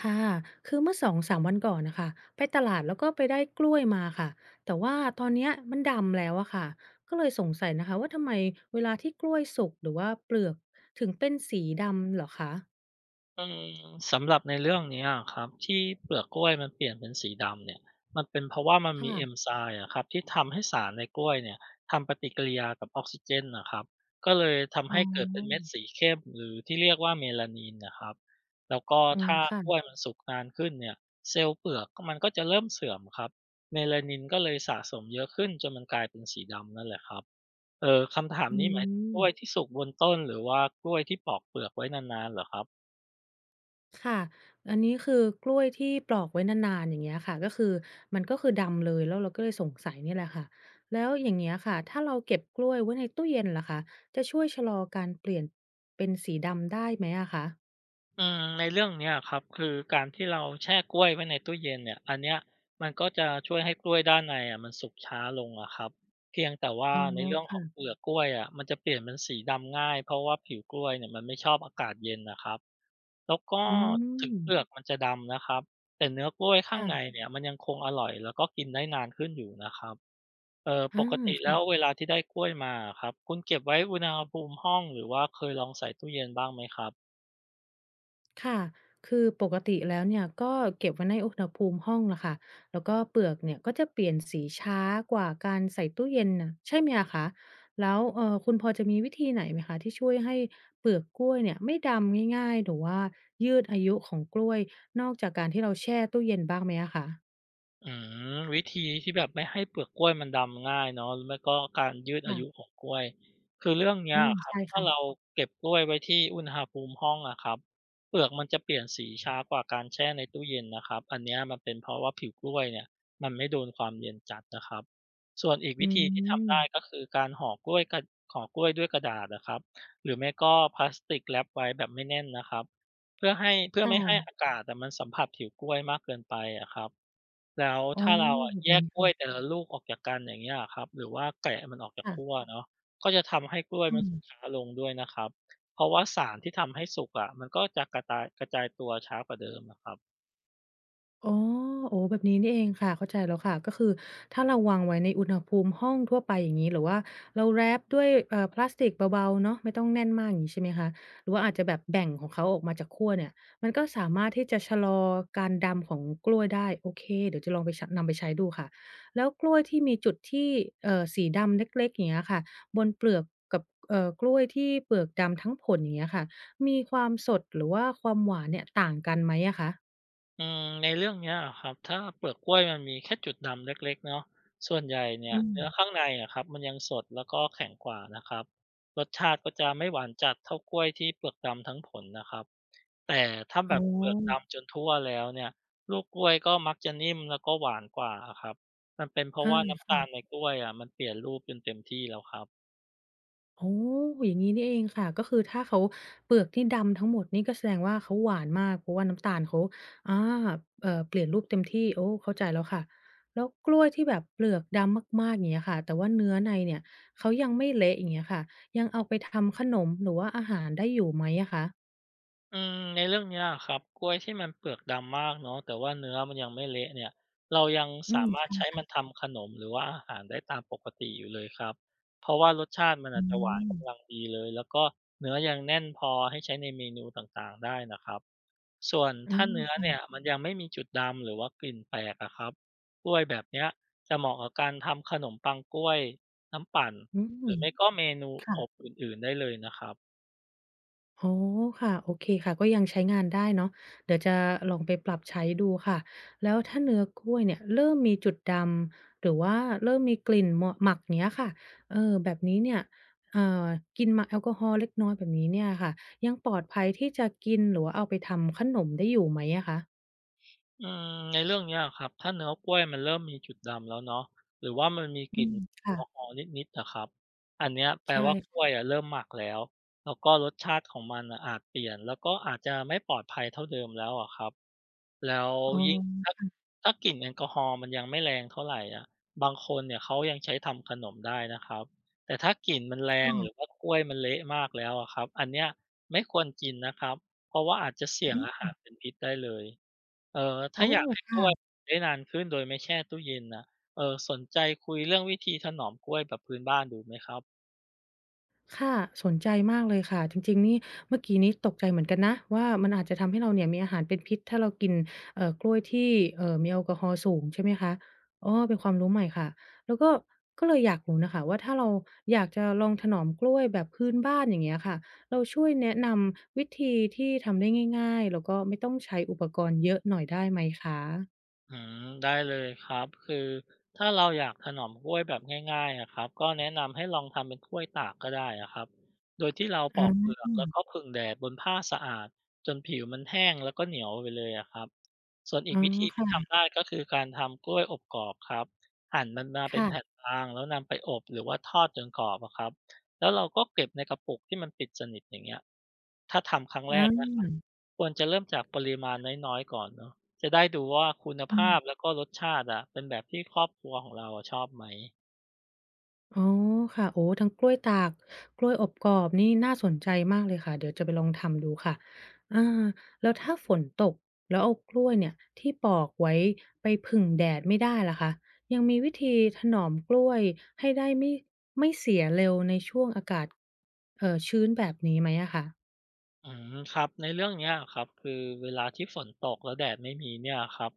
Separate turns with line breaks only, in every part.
ค่ะ คือเมื่อ2-3วันก่อนน่ะค่ะไปตลาดแล้วก็ไปได้กล้วยมาค่ะ แต่ว่าตอนเนี้ยมันดำแล้วอะค่ะ ก็เลยสงสัยนะคะว่าทำไมเวลาที่กล้วยสุกหรือว่าเปลือกถึงเป็นสีดำเหรอคะ
อืมสำหรับในเรื่องเนี้ยครับที่เปลือกกล้วยมันเปลี่ยนเป็นสีดำเนี่ยมันเป็นเพราะว่ามันมีเอน
ค่ะ
ไซม์อะครับที่ทำให้สารในกล้วยเนี่ยทำปฏิกิริยากับออกซิเจนนะครับก็เลยทำ
อ๋
ให้เกิดเป็นเม็ด
อ
สีเข้มหรือที่เรียกว่าเมลานินนะครับแล้วก็
อืม
ถ้ากล้วย
ค่ะ
มันสุกนานขึ้นเนี่ยเซลล์เปลือกก็มันก็จะเริ่มเสื่อมครับเมลานินก็เลยสะสมเยอะขึ้นจนมันกลายเป็นสีดำนั่นแหละครับคำถาม
อื
นี้หมายถึงก
ม
ล้วยที่สุกบนต้นหรือว่ากล้วยที่ปอกเปลือกไว้นานๆเหรอครับ
ค่ะอันนี้คือกล้วยที่ปลอกไว้นานๆอย่างเงี้ยค่ะก็คือมันก็คือดำเลยแล้วเราก็เลยสงสัยเนี่ยแหละค่ะแล้วอย่างเงี้ยค่ะถ้าเราเก็บกล้วยไว้ในตู้เย็นล่ะคะจะช่วยชะลอการเปลี่ยนเป็นสีดำได้ไหมอะคะ
อืมในเรื่องเนี้ยครับคือการที่เราแช่กล้วยไว้ในตู้เย็นเนี่ยอันเนี้ยมันก็จะช่วยให้กล้วยด้านในอะมันสุกช้าลงอะครับเพียงแต่ว่า
อ๋อ
ในเรื่องของเป
ค่ะ
ลือกกล้วยอะมันจะเปลี่ยนเป็นสีดำง่ายเพราะว่าผิวกล้วยเนี่ยมันไม่ชอบอากาศเย็นนะครับแล้วก็
อื
ถึงเป
ม
ลือกมันจะดำนะครับแต่เนื้อกล้วยข้าง
ค่ะ
ในเนี่ยมันยังคงอร่อยแล้วก็กินได้นานขึ้นอยู่นะครับป
อา
กติแล้
ค่ะ
วเวลาที่ได้กล้วยมาครับคุณเก็บไว้อุณหภูมิห้องหรือว่าเคยลองใส่ตู้เย็นบ้างไหมครับ
ค่ะ คือปกติแล้วเนี่ยก็เก็บไว้ในอุณหภูมิห้องล่ะค่ะแล้วก็เปลือกเนี่ยก็จะเปลี่ยนสีช้ากว่าการใส่ตู้เย็นน่ะใช่ไหมอะคะแล้วคุณพอจะมีวิธีไหนไหมคะที่ช่วยให้เปลือกกล้วยเนี่ยไม่ดำง่ายๆหรือว่ายืดอายุของกล้วยนอกจากการที่เราแช่ตู้เย็นบ้างไหมอะคะ
อืมวิธีที่แบบไม่ให้เปลือกกล้วยมันดำง่ายเนาะหรือไม่ก็การยืดอายุข
ค่ะ
องกล้วยคือเรื่องเนี้ย
อา
อะครับ
ใช่
ถ้าเรา
ค่ะ
เก็บกล้วยไว้ที่อุณหภูมิห้องอะครับเปลือกมันจะเปลี่ยนสีช้ากว่าการแช่ในตู้เย็นนะครับอันเนี้ยมันเป็นเพราะว่าผิวกล้วยเนี่ยมันไม่โดนความเย็นจัดนะครับส่วนอีกวิ
อื
ธีที่ทำได้ก็
ม
คือการห่อกล้วยกระห่อกล้วยด้วยกระดาษนะครับหรือไม่ก็พลาสติกแรปไว้แบบไม่แน่นนะครับเพื่อไม่ให้
ค่ะ
อากาศแต่มันสัมผัสผิวกล้วยมากเกินไปอะครับ แล้ว
อ๋อ
ถ้าเราอะ
แบบ
แยกกล้ว
นี้
ยแต่ละลูกออกจากกันอย่างเงี้ยอะครับหรือว่าแกะมันออกจาก
ค่ะ
ขั้วเนาะก็จะทำให้กล้วย
อื
มัน
ม
สุกช้าลงด้วยนะครับเพราะว่าสารที่ทำให้สุกอะมันก็จะกระจายตัวช้ากว่าเดิมอะครับ
อ๋อโอ้แบบนี้นี่เองค่ะเข้าใจแล้วค่ะ ก็คือถ้าเราวางไว้ในอุณหภูมิห้องทั่วไปอย่างงี้หรือว่าเราแรปด้วยพลาสติกเบาๆเนาะไม่ต้องแน่นมากอย่างงี้ใช่ไหมคะหรือว่าอาจจะแบบแบ่งของเขาออกมาจากขั้วเนี่ยมันก็สามารถที่จะชะลอการดำของกล้วยได้โอเคเดี๋ยวจะลองไปชะนำไปใช้ดูค่ะแล้วกล้วยที่มีจุดที่สีดำเล็กๆอย่างเงี้ยค่ะบนเปลือกกับกล้วยที่เปลือกดำทั้งผลอย่างเงี้ยค่ะมีความสดหรือว่าความหวานเนี่ยต่างกันไหมอะคะ
อืมในเรื่องเนี้ยอะครับถ้าเปลือกกล้วยมันมีแค่จุดดำเล็กๆเนาะส่วนใหญ่เนี่ย
อื
เนื้อข้า
ม
งในอะครับมันยังสดแล้วก็แข็งกว่านะครับรสชาติก็จะไม่หวานจัดเท่ากล้วยที่เปลือกดำทั้งผลนะครับ แต่ถ้าแบ
อ๋อ
บเปลือกดำจนทั่วแล้วเนี่ยลูกกล้วยก็มักจะนิ่มแล้วก็หวานกว่าอะครับมันเป็นเพราะ
อา
ว่าน้ำตาลใน
ค่ะ
กล้วยอ่ะมันเปลี่ยนรูปจนเต็มที่แล้วครับ
อ๋ออย่างงี้นี่เองค่ะ ก็คือถ้าเขาเปลือกที่ดำทั้งหมดนี่ก็แสดงว่าเขาหวานมากเพราะว่าน้ำตาลเขาอาเปลี่ยนรูปเต็มที่โอ้เข้าใจแล้วค่ะ แล้วกล้วยที่แบบเปลือกดำมากๆอย่างเงี้ยค่ะแต่ว่าเนื้อในเนี่ยเขายังไม่เละอย่างเงี้ยค่ะยังเอาไปทำขนมหรือว่าอาหารได้อยู่ไหมอะคะ
อืมในเรื่องเนี้ยอะครับกล้วยที่มันเปลือกดำมากเนาะแต่ว่าเนื้อมันยังไม่เละเนี่ยเรายัง
อื
สา
ม
มารถใช้
ค่ะ
มันทำขนมหรือว่าอาหารได้ตามปกติอยู่เลยครับเพราะว่ารสชาติมัน
อื
อาจจะหวาน
ม
กำลังดีเลยแล้วก็เนื้อยังแน่นพอให้ใช้ในเมนูต่างๆได้นะครับส่วน
อื
ถ้า
ม
เนื้อเนี่ย
ค่ะ
มันยังไม่มีจุดดำหรือว่ากลิ่นแปลกอะครับกล้วยแบบเนี้ยจะเหมาะกับการทำขนมปังกล้วยน้ำปั่น
อื
หรือ
ม
ไม่ก็เมนู
ค่ะ
อบอื่นๆได้เลยนะครับ
อ๋อค่ะโอเคค่ะก็ยังใช้งานได้เนาะเดี๋ยวจะลองไปปรับใช้ดูค่ะแล้วถ้าเนื้อกล้วยเนี่ยเริ่มมีจุดดำหรือว่าเริ่มมีกลิ่นหม่อหมักเงี้ยค่ะเออแบบนี้เนี่ยอ่ากินมาแอลกอฮอล์เล็กน้อยแบบนี้เนี่ยค่ะยังปลอดภัยที่จะกินหรือว่าเอาไปทำขนมได้อยู่ไหมอะคะ
อืมในเรื่องเนี้ยอะครับถ้าเนื้อกล้วยมันเริ่มมีจุดดำแล้วเนาะหรือว่ามันมีก
อื
ลิ่น
ม
แอลกอ
ค่ะ
ฮอล์นิดๆอะครับอันเนี้ยแปล
ใช่
ว่ากล้วยอะเริ่มหมักแล้วแล้วก็รสชาติของมันน่ะอาจเปลี่ยนแล้วก็อาจจะไม่ปลอดภัยเท่าเดิมแล้วอะครับแล้ว
อ๋
ยิ่งถ้า
อ
กลิ่นแอลกอฮอล์มันยังไม่แรงเท่าไรอะบางคนเนี่ยเขายังใช้ทำขนมได้นะครับแต่ถ้ากลิ่นมันแร
ค
งหรือ
่ะ
ว่ากล้วยมันเละมากแล้วอะครับอันเนี้ยไม่ควรกินนะครับเพราะว่าอาจจะเสี่ยง
อื
อา
ม
หารเป็นพิษได้เลย ถ้า
โอ้
อยากให้ก
ค่ะ
ล้วยได้นานขึ้นโดยไม่แช่ตู้เย็นน่ะสนใจคุยเรื่องวิธีถนอมกล้วยแบบพื้นบ้านดูไหมครับ
ค่ะสนใจมากเลยค่ะจริงๆนี่เมื่อกี้นี้ตกใจเหมือนกันนะว่ามันอาจจะทำให้เราเนี่ยมีอาหารเป็นพิษถ้าเรากินกล้วยที่มีแอลกอฮอล์สูงใช่ไหมคะอ๋อเป็นความรู้ใหม่ค่ะแล้วก็ก็เลยอยากรู้น่ะค่ะว่าถ้าเราอยากจะลองถนอมกล้วยแบบพื้นบ้านอย่างเงี้ยค่ะเราช่วยแนะนำวิธีที่ทำได้ง่ายๆแล้วก็ไม่ต้องใช้อุปกรณ์เยอะหน่อยได้ไหมคะ
ได้เลยครับคือถ้าเราอยากถนอมกล้วยแบบง่ายๆอะครับก็แนะนำให้ลองทำเป็นกล้วยตากก็ได้อะครับโดยที่เราปอกเปลื
อา
อกแล้วก็ผึ่งแดดบนผ้าสะอาดจนผิวมันแห้งแล้วก็เหนียวไปเลยอะครับส่วนอี
อ๋
ก
อ
วิธีที่
ค่ะ
ทำได้ก็คือการทำกล้วยอบกรอบครับหั่นมันมาเป็นแผ่น
ค่ะ
บางแล้วนำไปอบหรือว่าทอดจนกรอบอะครับแล้วเราก็เก็บในกระปุกที่มันปิดสนิทอย่างเงี้ยถ้าทำครั้งแร
อา
กนะครับควรจะเริ่มจากปริมาณน้อยๆก่อนเนาะ จะได้ดูว่าคุณ
อื
ภาพ
ม
แล้วก็รสชาติอะเป็นแบบที่ครอบครัวของเราอะชอบไหม
อ๋อค่ะโอ้ทั้งกล้วยตากกล้วยอบกรอบนี่น่าสนใจมากเลยค่ะเดี๋ยวจะไปลองทำดูค่ะอาแล้วถ้าฝนตกแล้วเอากล้วยเนี่ยที่ปอกไว้ไปผึ่งแดดไม่ได้ล่ะคะยังมีวิธีถนอมกล้วยให้ได้ไม่ไม่เสียเร็วในช่วงอากาศชื้นแบบนี้ไหมอะคะ
ครับในเรื่องเนี้ยครับคือเวลาที่ฝนตกแล้วแดดไม่มีเนี่ยครับ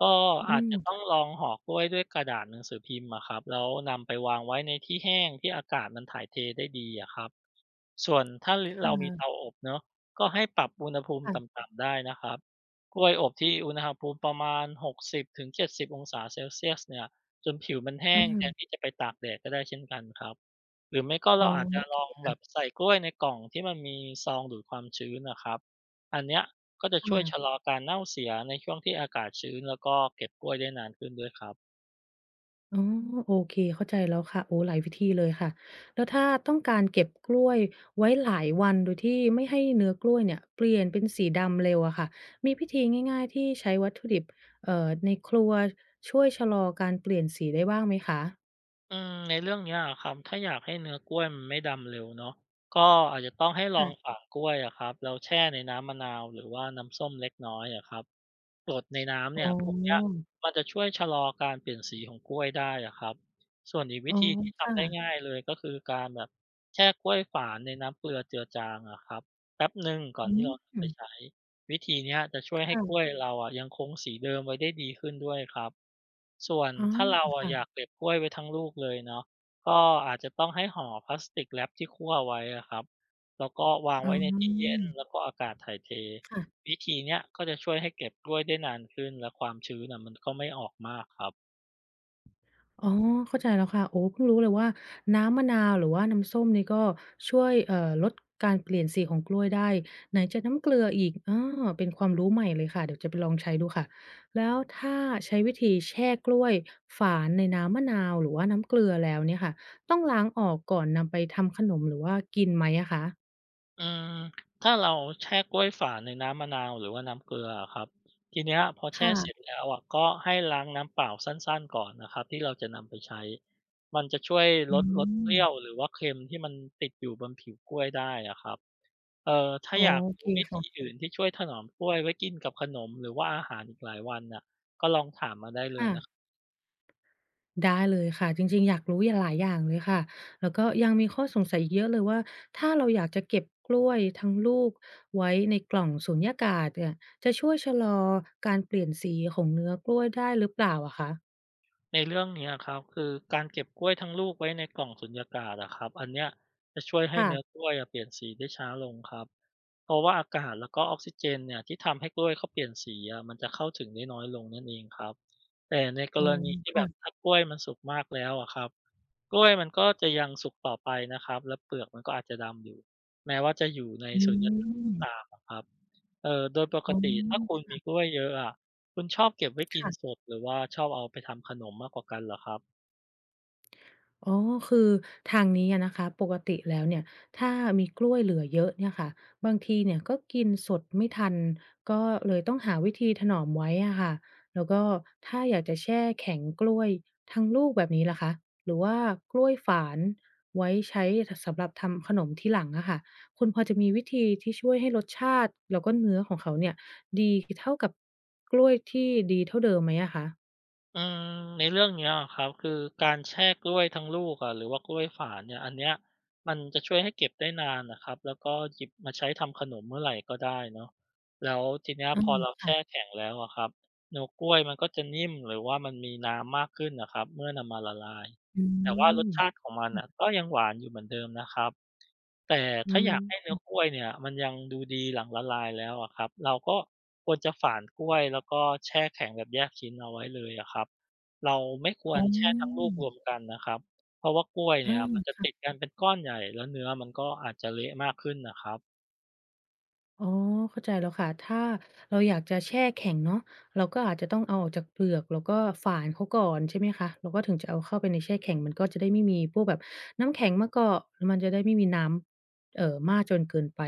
ก็
อื
อาจจะต้อง
ม
ลองห่อกล้วยด้วยกระดาษหนังสือพิมพ์อะครับแล้วนำไปวางไว้ในที่แห้งที่อากาศมันถ่ายเทได้ดีอะครับ ส่วนถ้า
ค
เรามีเตา
่ะ
อบเนาะก็ให้ปรับอุณหภูมิ
ค่ะ
ต่ำๆได้นะครับกล้วยอบที่อุณหภูมิประมาณ 60-70 องศาเซลเซียสเนี่ยจนผิวมัน
อ
แห้งแทน
า
ที่จะไปตากแดดก็ได้เช่นกันครับหรือไม่ก็
อ๋อ
เราอาจจะ
โอ
ล
เค
องแบบ
ค่ะ
ใส่กล้วยในกล่องที่มันมีซองดูดความชื้นนะครับอันเนี้ยก็จะช่วยชะล
ค่ะ
อการเน่าเสียในช่วงที่อากาศชื้นแล้วก็เก็บกล้วยได้นานขึ้นด้วยครับ
อ๋อโอเคเข้าใจแล้วค่ะโอ้หลายวิธีเลยค่ะแล้วถ้าต้องการเก็บกล้วยไว้หลายวันโดยที่ไม่ให้เนื้อกล้วยเนี่ยเปลี่ยนเป็นสีดำเร็วอะค่ะมีพิธีง่ายๆที่ใช้วัตถุดิบในครัวช่วยชะลอการเปลี่ยนสีได้บ้างไหมคะ
ในเรื่องเนี้ยอะครับถ้าอยากให้เนื้อกล้วยมันไม่ดำเร็วเนาะก็อาจจะต้องให้ลอง
ค่ะ
ฝากกล้วยอะครับแล้วแช่ในน้ำมะนาวหรือว่าน้ำส้มเล็กน้อยอะครับ กรดในน้ำเนี่
อ๋
ยพวกเนี้ย
อ
มันจะช่วยชะลอการเปลี่ยนสีของกล้วยได้อะครับส่วนอีก
อ๋
วิ
อ
ธีที่ทำได้
ค่ะ
ง่ายเลยก็คือการแบบแช่กล้วยฝานในน้ำเกลือเจือจางอะครับแป๊บหนึ่งก่อน
อื
ที่เราจะไป
ม
ใช้วิธีเนี้ยจะช่วยให้กล้วย
ค่ะ
เราอะยังคงสีเดิมไว้ได้ดีขึ้นด้วยครับส่วน
อ๋อ
ถ้าเราอะ
ค่ะ
อยากเก็บกล้วยไว้ทั้งลูกเลยเนาะก็อาจจะต้องให้ห่อพลาสติกแรปที่คั่วไว้อะครับแล้วก็วาง
อ๋
ไว้ในที่เย็
อ
นแล้วก็อากาศถ่ายเท
ค่ะ
วิธีเนี้ยก็จะช่วยให้เก็บกล้วยได้นานขึ้นและความชื้นน่ะมันก็ไม่ออกมากครับ
อ๋อเข้าใจแล้วค่ะโอ้เพิ่งรู้เลยว่าน้ำมะนาวหรือว่าน้ำส้มนี่ก็ช่วยลดการเปลี่ยนสีของกล้วยได้ไหนจะน้ำเกลืออีกอาเป็นความรู้ใหม่เลยค่ะเดี๋ยวจะไปลองใช้ดูค่ะแล้วถ้าใช้วิธีแช่กล้วยฝานในน้ำมะนาวหรือว่าน้ำเกลือแล้วเนี่ยค่ะต้องล้างออกก่อนนำไปทำขนมหรือว่ากินไหมอะคะ
อืมถ้าเราแช่กล้วยฝาในน้ำมะนาวหรือว่าน้ำเกลืออะครับทีเนี้ยพอ
ค
แช่เสร็จ
่ะ
แล้วอะก็ให้ล้างน้ำเปล่าสั้นๆก่อนนะครับที่เราจะนำไปใช้มันจะช่วย
อืม
ลดเปรี้ยวหรือว่าเค็มที่มันติดอยู่บนผิวกล้วยได้อะครับถ้า
อ๋อ
อยาก
โอเค
รู้วิธี
ค่ะ
อื่นที่ช่วยถนอมกล้วยไว้กินกับขนมหรือว่าอาหารอีกหลายวันน่ะก็ลองถามมาได้เลยนะ
ค่ะ ได้เลยค่ะจริงๆอยากรู้อย่างหลายอย่างเลยค่ะแล้วก็ยังมีข้อสงสัยอีกเยอะเลยว่าถ้าเราอยากจะเก็บกล้วยทั้งลูกไว้ในกล่องสูญญากาศเนี่ยจะช่วยชะลอการเปลี่ยนสีของเนื้อกล้วยได้หรือเปล่าอะคะ
ในเรื่องเนี้ยครับคือการเก็บกล้วยทั้งลูกไว้ในกล่องสุญญากาศอะครับอันเนี้ยจะช่วยให้
ค่ะ
เนื้อกล้วยอะเปลี่ยนสีได้ช้าลงครับเพราะว่าอากาศแล้วก็ออกซิเจนเนี่ยที่ทำให้กล้วยเขาเปลี่ยนสีอะมันจะเข้าถึงได้น้อยลงนั่นเองครับแต่ในก
อ๋อ
รณีที่แบบ
ค่ะ
ถ้ากล้วยมันสุกมากแล้วอะครับกล้วยมันก็จะยังสุกต่อไปนะครับและเปลือกมันก็อาจจะดำอยู่แม้ว่าจะอยู่ใน
อื
สุญญากาศก็
ม
ตามอะครับโดยปก
อ๋
ติถ้าคุ
อ
ณมีกล้วยเยอะอะ คุณชอบเก็บไว้กินส
ค่ะ
ดหรือว่าชอบเอาไปทำขนมมากกว่ากันเหรอครับ
อ๋อคือทางนี้อะนะคะปกติแล้วเนี่ยถ้ามีกล้วยเหลือเยอะเนี่ยค่ะบางทีเนี่ยก็กินสดไม่ทัน ก็เลยต้องหาวิธีถนอมไว้อะค่ะแล้วก็ถ้าอยากจะแช่แข็งกล้วยทั้งลูกแบบนี้ล่ะคะหรือว่ากล้วยฝานไว้ใช้สำหรับทำขนมที่หลังอะค่ะคุณพอจะมีวิธีที่ช่วยให้รสชาติแล้วก็เนื้อของเขาเนี่ยดีเท่ากับกล้วยที่ดีเท่าเดิมไหมอะคะ
อืในเรื่องเนี้ยอะครับคือการแช่กล้วยทั้งลูกอะหรือว่ากล้วยฝานเนี่ยอันเนี้ยมันจะช่วยให้เก็บได้นานน่ะครับแล้วก็หยิบมาใช้ทำขนมเมื่อไหร่ก็ได้เนาะแล้วทีเนี้ย
อ
พ
ม
อเราแช่
ค่ะ
แข็งแล้วอะครับเนื้อกล้วยมันก็จะนิ่มหรือว่ามันมีน้ำมากขึ้นน่ะครับเมื่อนำมาละลาย
อื
แต่ว่ารสชาติ
ม
ของมันน่ะก็ยังหวานอยู่เหมือนเดิมนะครับ แต่
อื
ถ้าอยากให้เนื้
ม
อกล้วยเนี่ยมันยังดูดีหลังละลายแล้วอะครับเราก็ควรจะฝานกล้วยแล้วก็แช่แข็งแบบแยกชิ้นเอาไว้เลยอะครับเราไม่คว
อ๋
รแช่ทั้งลู
อ
กรวมกันนะครับเพราะว่ากล้วยเนี่ยมัน
อา
จะติดกันเป็นก้อนใหญ่แล้วเนื้อมันก็อาจจะเละมากขึ้นนะครับ
อ๋อเข้าใจแล้วค่ะถ้าเราอยากจะแช่แข็งเนาะเราก็อาจจะต้องเอาออกจากเปลือกแล้วก็ฝานเขาก่อนใช่ไหมคะแล้วก็ถึงจะเอาเข้าไปในแช่แข็งมันก็จะได้ไม่มีพวกแบบน้ำแข็งมาเกาะมันจะได้ไม่มีน้ำมากจนเกินไป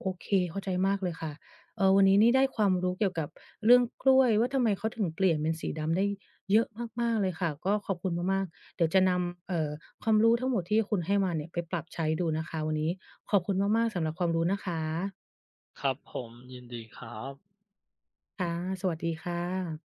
โอเคเข้าใจมากเลยค่ะวันนี้นี่ได้ความรู้เกี่ยวกับเรื่องกล้วยว่าทำไมเขาถึงเปลี่ยนเป็นสีดำได้เยอะมากๆเลยค่ะก็ขอบคุณมากๆเดี๋ยวจะนำความรู้ทั้งหมดที่คุณให้มาเนี่ยไปปรับใช้ดูนะคะวันนี้ขอบคุณมากๆสำหรับความรู้นะคะ
ครับผมยินดีครับ
ค่ะสวัสดีค่ะ